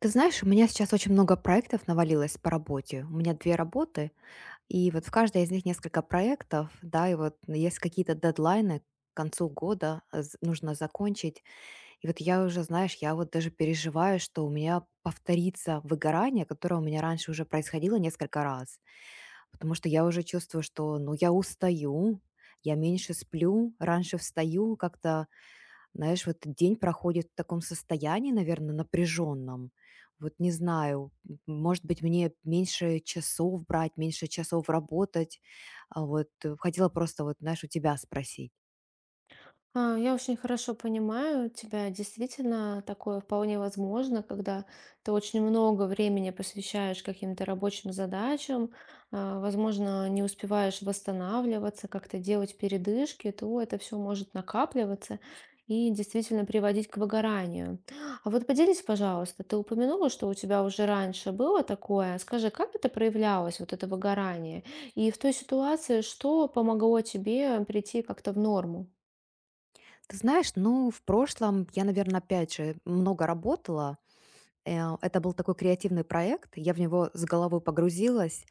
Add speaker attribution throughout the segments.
Speaker 1: Ты знаешь, у меня сейчас очень много проектов навалилось по работе. У меня 2 работы, и вот в каждой из них несколько проектов, да, и вот есть какие-то дедлайны к концу года, нужно закончить. И вот я уже, знаешь, я вот даже переживаю, что у меня повторится выгорание, которое у меня раньше уже происходило несколько раз. Потому что я уже чувствую, что, ну, я устаю, я меньше сплю, раньше встаю, как-то знаешь, вот день проходит в таком состоянии, наверное, напряженном. Вот не знаю, может быть, мне меньше часов брать, меньше часов работать. Хотела просто вот, знаешь, у тебя спросить.
Speaker 2: А, я очень хорошо понимаю тебя. Действительно, такое вполне возможно, когда ты очень много времени посвящаешь каким-то рабочим задачам, а, возможно, не успеваешь восстанавливаться, как-то делать передышки, то это все может накапливаться и действительно приводить к выгоранию. А вот поделись, пожалуйста, ты упомянула, что у тебя уже раньше было такое. Скажи, как это проявлялось, вот это выгорание? И в той ситуации, что помогло тебе прийти как-то в норму?
Speaker 1: Ты знаешь, ну, в прошлом я, наверное, опять же, много работала. Это был такой креативный проект, я в него с головой погрузилась.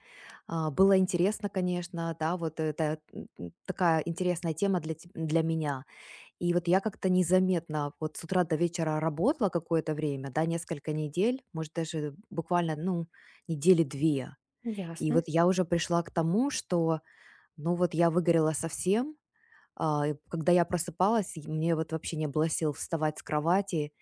Speaker 1: Было интересно, конечно, да, вот это такая интересная тема для меня. И вот я как-то незаметно вот с утра до вечера работала какое-то время, да, несколько недель, может, даже буквально, ну, недели две. И вот
Speaker 2: Ясно.
Speaker 1: я уже пришла к тому, что, ну, вот я выгорела совсем, и когда я просыпалась, и мне вот вообще не было сил вставать с кровати,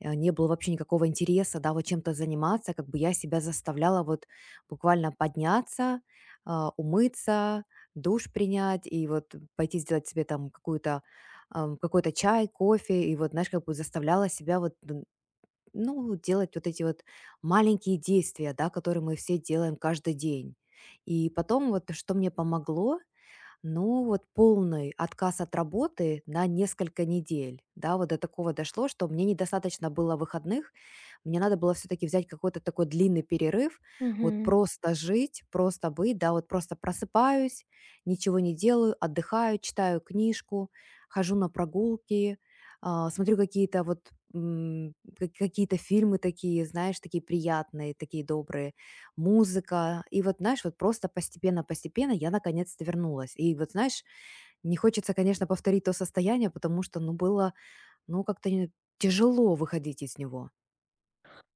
Speaker 1: не было вообще никакого интереса, да, вот чем-то заниматься, как бы я себя заставляла вот буквально подняться, умыться, душ принять и вот пойти сделать себе там какой-то чай, кофе, и вот, знаешь, как бы заставляла себя, ну, делать вот эти вот маленькие действия, да, которые мы все делаем каждый день. И потом вот что мне помогло, ну, вот полный отказ от работы на несколько недель. Да, вот до такого дошло, что мне недостаточно было выходных, мне надо было все-таки взять какой-то такой длинный перерыв, вот
Speaker 2: Мгм.
Speaker 1: просто жить, просто быть, да, вот просто просыпаюсь, ничего не делаю, отдыхаю, читаю книжку, хожу на прогулки, смотрю какие-то вот м, ка- какие-то фильмы такие, знаешь, такие приятные, такие добрые музыка. И вот, знаешь, вот просто постепенно-постепенно я наконец-то вернулась. И вот, знаешь, не хочется, конечно, повторить то состояние, потому что, ну, было, ну, как-то не- тяжело выходить из него.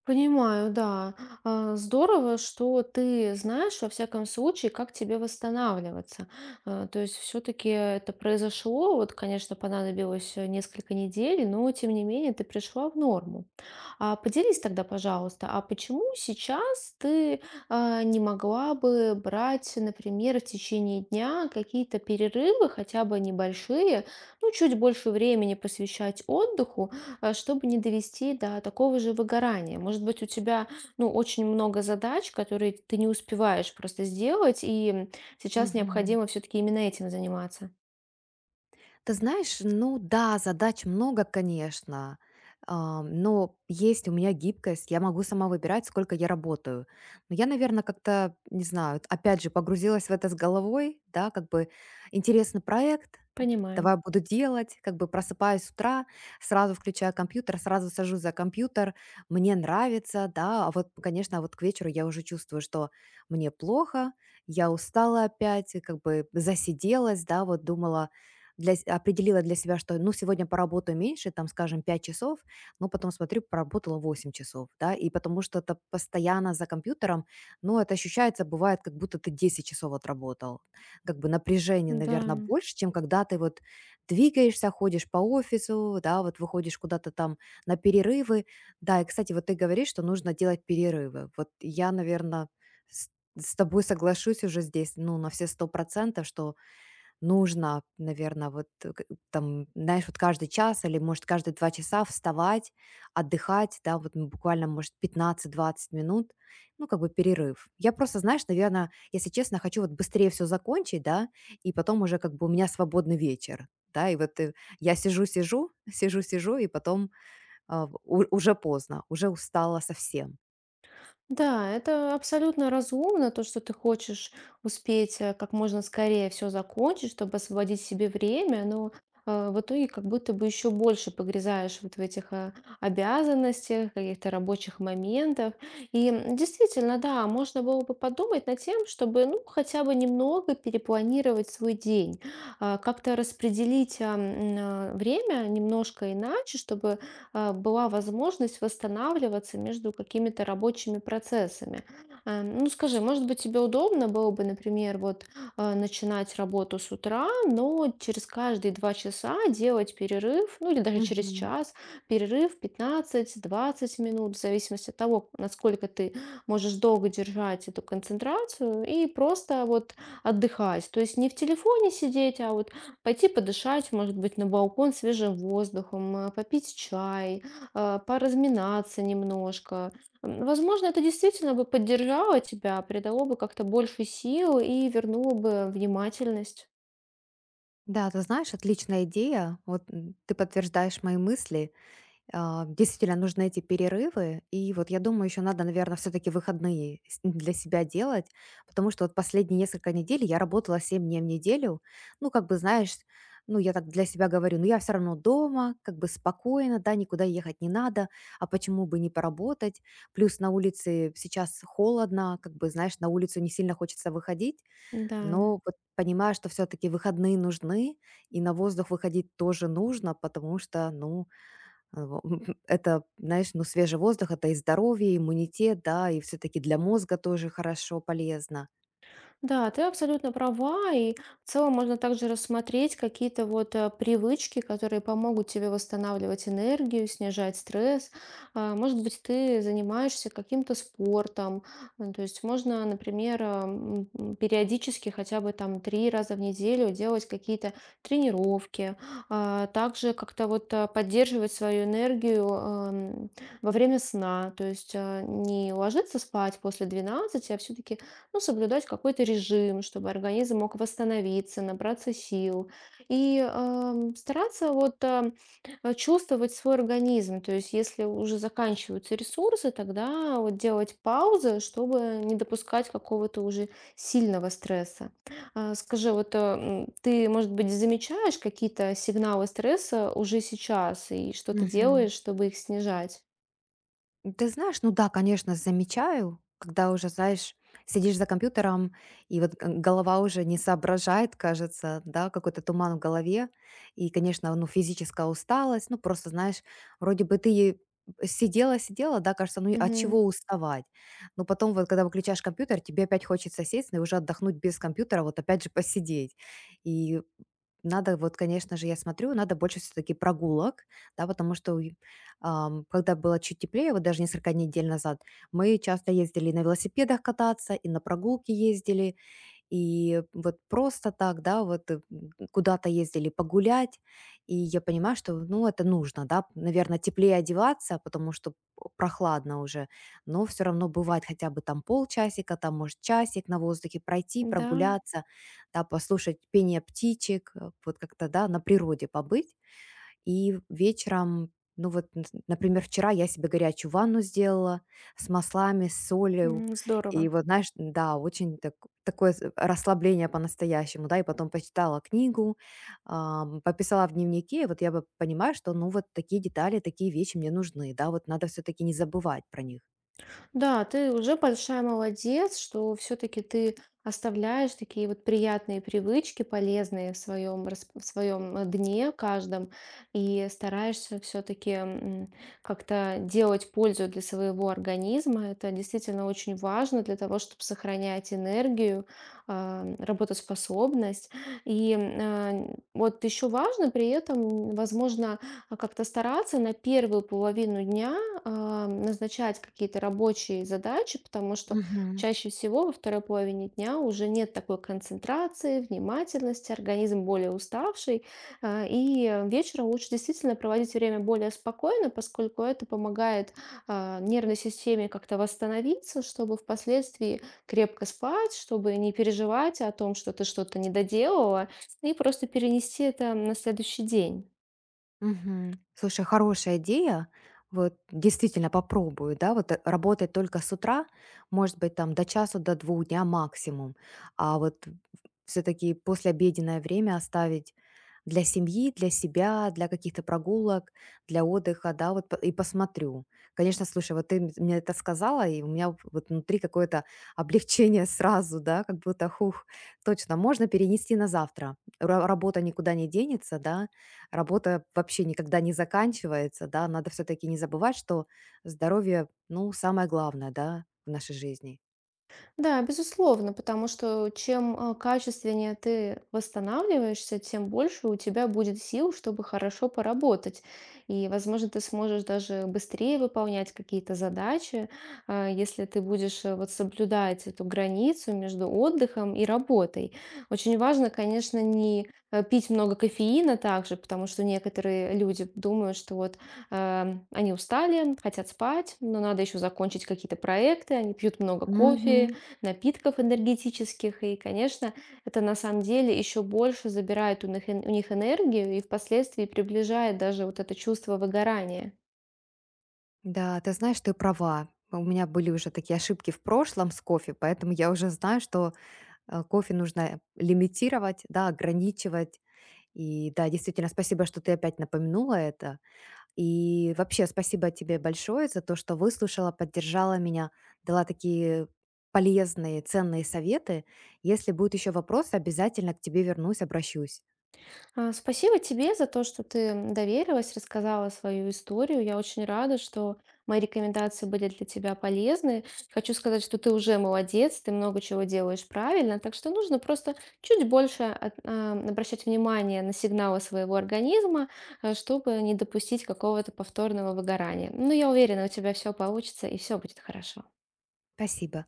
Speaker 2: Понимаю, да. Здорово, что ты знаешь, во всяком случае, как тебе восстанавливаться. То есть все-таки это произошло, вот, конечно, понадобилось несколько недель, но тем не менее ты пришла в норму. А поделись тогда, пожалуйста, а почему сейчас ты не могла бы брать, например, в течение дня какие-то перерывы, хотя бы небольшие, ну, чуть больше времени посвящать отдыху, чтобы не довести до такого же выгорания? Может быть, у тебя, ну, очень много задач, которые ты не успеваешь просто сделать, и сейчас
Speaker 1: Мгм.
Speaker 2: необходимо все-таки именно этим заниматься.
Speaker 1: Ты знаешь, ну да, задач много, конечно, но есть у меня гибкость, я могу сама выбирать, сколько я работаю. Но я, наверное, как-то, не знаю, опять же, погрузилась в это с головой, да, как бы интересный проект,
Speaker 2: Понимаю.
Speaker 1: давай буду делать, как бы просыпаюсь с утра, сразу включаю компьютер, сразу сажусь за компьютер, мне нравится, да, а вот, конечно, вот к вечеру я уже чувствую, что мне плохо, я устала опять, и как бы засиделась, да, вот думала, для с определила для себя, что, ну, сегодня поработаю меньше, там, скажем, 5 часов, но потом смотрю, поработала 8 часов, да, и потому что это постоянно за компьютером, ну, это ощущается, бывает, как будто ты 10 часов отработал. Как бы напряжение, наверное,
Speaker 2: Да.
Speaker 1: больше, чем когда ты вот двигаешься, ходишь по офису, да, вот выходишь куда-то там на перерывы. Да, и, кстати, вот ты говоришь, что нужно делать перерывы. Вот я, наверное, с с тобой соглашусь уже здесь, ну, на все сто процентов, что нужно, наверное, вот, э, к там, знаешь, вот каждый час или, может, каждые 2 часа вставать, отдыхать, да, вот, ну, буквально, может, 15-20 минут, ну, как бы перерыв. Я просто, знаешь, наверное, если честно, хочу вот быстрее все закончить, да, и потом уже как бы у меня свободный вечер, да, и вот, я сижу-сижу, сижу-сижу, и потом, а, в у уже поздно, уже устала совсем.
Speaker 2: Да, это абсолютно разумно, то, что ты хочешь успеть как можно скорее все закончить, чтобы освободить себе время, но в итоге как будто бы еще больше погрязаешь вот в этих обязанностях, каких-то рабочих моментах. И действительно, да, можно было бы подумать над тем, чтобы, ну, хотя бы немного перепланировать свой день, как-то распределить время немножко иначе, чтобы была возможность восстанавливаться между какими-то рабочими процессами. Ну, скажи, может быть, тебе удобно было бы, например, вот начинать работу с утра, но через каждые два часа делать перерыв, ну или даже через
Speaker 1: Мгм.
Speaker 2: час, перерыв 15-20 минут, в зависимости от того, насколько ты можешь долго держать эту концентрацию и просто вот отдыхать. То есть не в телефоне сидеть, а вот пойти подышать, может быть, на балкон свежим воздухом, попить чай, поразминаться немножко. Возможно, это действительно бы поддержало тебя, придало бы как-то больше сил и вернуло бы внимательность.
Speaker 1: Да, ты знаешь, отличная идея. Вот, ты подтверждаешь мои мысли. Действительно, нужны эти перерывы. И вот я думаю, еще надо, наверное, все-таки выходные для себя делать, потому что вот последние несколько недель я работала 7 дней в неделю. Ну, как бы, знаешь, ну, я так для себя говорю, ну, я все равно дома, как бы спокойно, да, никуда ехать не надо, а почему бы не поработать? Плюс на улице сейчас холодно, как бы, знаешь, на улицу не сильно хочется выходить,
Speaker 2: Да.
Speaker 1: но вот понимаю, что все-таки выходные нужны, и на воздух выходить тоже нужно, потому что, ну, а, во это, знаешь, ну, свежий воздух- это и здоровье, и иммунитет, да, и все таки для мозга тоже хорошо, полезно.
Speaker 2: Да, ты абсолютно права, и в целом можно также рассмотреть какие-то вот привычки, которые помогут тебе восстанавливать энергию, снижать стресс. Может быть, ты занимаешься каким-то спортом. То есть можно, например, периодически хотя бы там три раза в неделю делать какие-то тренировки. Также как-то вот поддерживать свою энергию во время сна, то есть не ложиться спать после двенадцати, а все-таки, ну, соблюдать какой-то режим, чтобы организм мог восстановиться, набраться сил, и стараться вот чувствовать свой организм. То есть, если уже заканчиваются ресурсы, тогда вот делать паузы, чтобы не допускать какого-то уже сильного стресса. Скажи, вот ты, может быть, замечаешь какие-то сигналы стресса уже сейчас и что ты
Speaker 1: Мгм.
Speaker 2: делаешь, чтобы их снижать?
Speaker 1: Ты знаешь, ну да, конечно, замечаю, когда уже, знаешь, сидишь за компьютером, и вот голова уже не соображает, кажется, да, какой-то туман в голове, и, конечно, ну, физическая усталость, ну, просто, знаешь, вроде бы ты и сидела, сидела, да, кажется, ну, и от
Speaker 2: Мгм.
Speaker 1: чего уставать? Но потом вот, когда выключаешь компьютер, тебе опять хочется сесть, ну, и уже отдохнуть без компьютера, вот опять же посидеть. И надо вот, конечно же, я смотрю, надо больше все таки прогулок, да, потому что, когда было чуть теплее, вот даже несколько недель назад, мы часто ездили и на велосипедах кататься, и на прогулки ездили, и вот просто так, да, вот куда-то ездили погулять, и я понимаю, что, ну, это нужно, да, наверное, теплее одеваться, потому что прохладно уже, но все равно бывает хотя бы там полчасика, там, может, часик на воздухе пройти,
Speaker 2: Да.
Speaker 1: прогуляться, да, послушать пение птичек, вот как-то, да, на природе побыть, и вечером, например, вчера я себе горячую ванну сделала с маслами, с солью. И
Speaker 2: Здорово.
Speaker 1: вот, знаешь, да, очень такое расслабление по-настоящему, да, и потом почитала книгу, пописала в дневнике, и вот я бы понимаю, что, ну, вот такие детали, такие вещи мне нужны, да, вот надо все-таки не забывать про них.
Speaker 2: Да, ты уже большая молодец, что все-таки ты оставляешь такие вот приятные привычки, полезные в своем дне каждом, и стараешься все-таки как-то делать пользу для своего организма. Это действительно очень важно для того, чтобы сохранять энергию, работоспособность. И вот еще важно при этом, возможно, как-то стараться на первую половину дня назначать какие-то рабочие задачи, потому что
Speaker 1: Мгм.
Speaker 2: чаще всего во второй половине дня уже нет такой концентрации, внимательности, организм более уставший, и вечером лучше действительно проводить время более спокойно, поскольку это помогает нервной системе как-то восстановиться, чтобы впоследствии крепко спать, чтобы не переживать о том, что ты что-то не доделала, и просто перенести это на следующий день.
Speaker 1: Мгм. Слушай, хорошая идея. Вот действительно попробую, да, работать только с утра, может быть, там до часу, до двух дня максимум. А вот все-таки послеобеденное время оставить для семьи, для себя, для каких-то прогулок, для отдыха, да, вот и посмотрю. Конечно, слушай, вот ты мне это сказала, и у меня вот внутри какое-то облегчение сразу, да, как будто, хух, точно, можно перенести на завтра. Работа никуда не денется, да, работа вообще никогда не заканчивается, да, надо все таки не забывать, что здоровье, ну, самое главное, да, в нашей жизни.
Speaker 2: Да, безусловно, потому что чем качественнее ты восстанавливаешься, тем больше у тебя будет сил, чтобы хорошо поработать. И, возможно, ты сможешь даже быстрее выполнять какие-то задачи, если ты будешь вот соблюдать эту границу между отдыхом и работой. Очень важно, конечно, не пить много кофеина также, потому что некоторые люди думают, что вот они устали, хотят спать, но надо еще закончить какие-то проекты, они пьют много кофе,
Speaker 1: Мгм.
Speaker 2: напитков энергетических. И, конечно, это на самом деле еще больше забирает у них, у них энергию и впоследствии приближает даже вот это чувство выгорания.
Speaker 1: Да, ты знаешь, ты права. У меня были уже такие ошибки в прошлом с кофе, поэтому я уже знаю, что, кофе нужно лимитировать, да, ограничивать. И да, действительно, спасибо, что ты опять напомянула это. И вообще спасибо тебе большое за то, что выслушала, поддержала меня, дала такие полезные, ценные советы. Если будут еще вопросы, обязательно к тебе вернусь, обращусь.
Speaker 2: Спасибо тебе за то, что ты доверилась, рассказала свою историю. Я очень рада, что мои рекомендации были для тебя полезны. Хочу сказать, что ты уже молодец, ты много чего делаешь правильно, так что нужно просто чуть больше обращать внимание на сигналы своего организма, чтобы не допустить какого-то повторного выгорания. Но я уверена, у тебя все получится и все будет хорошо.
Speaker 1: Спасибо.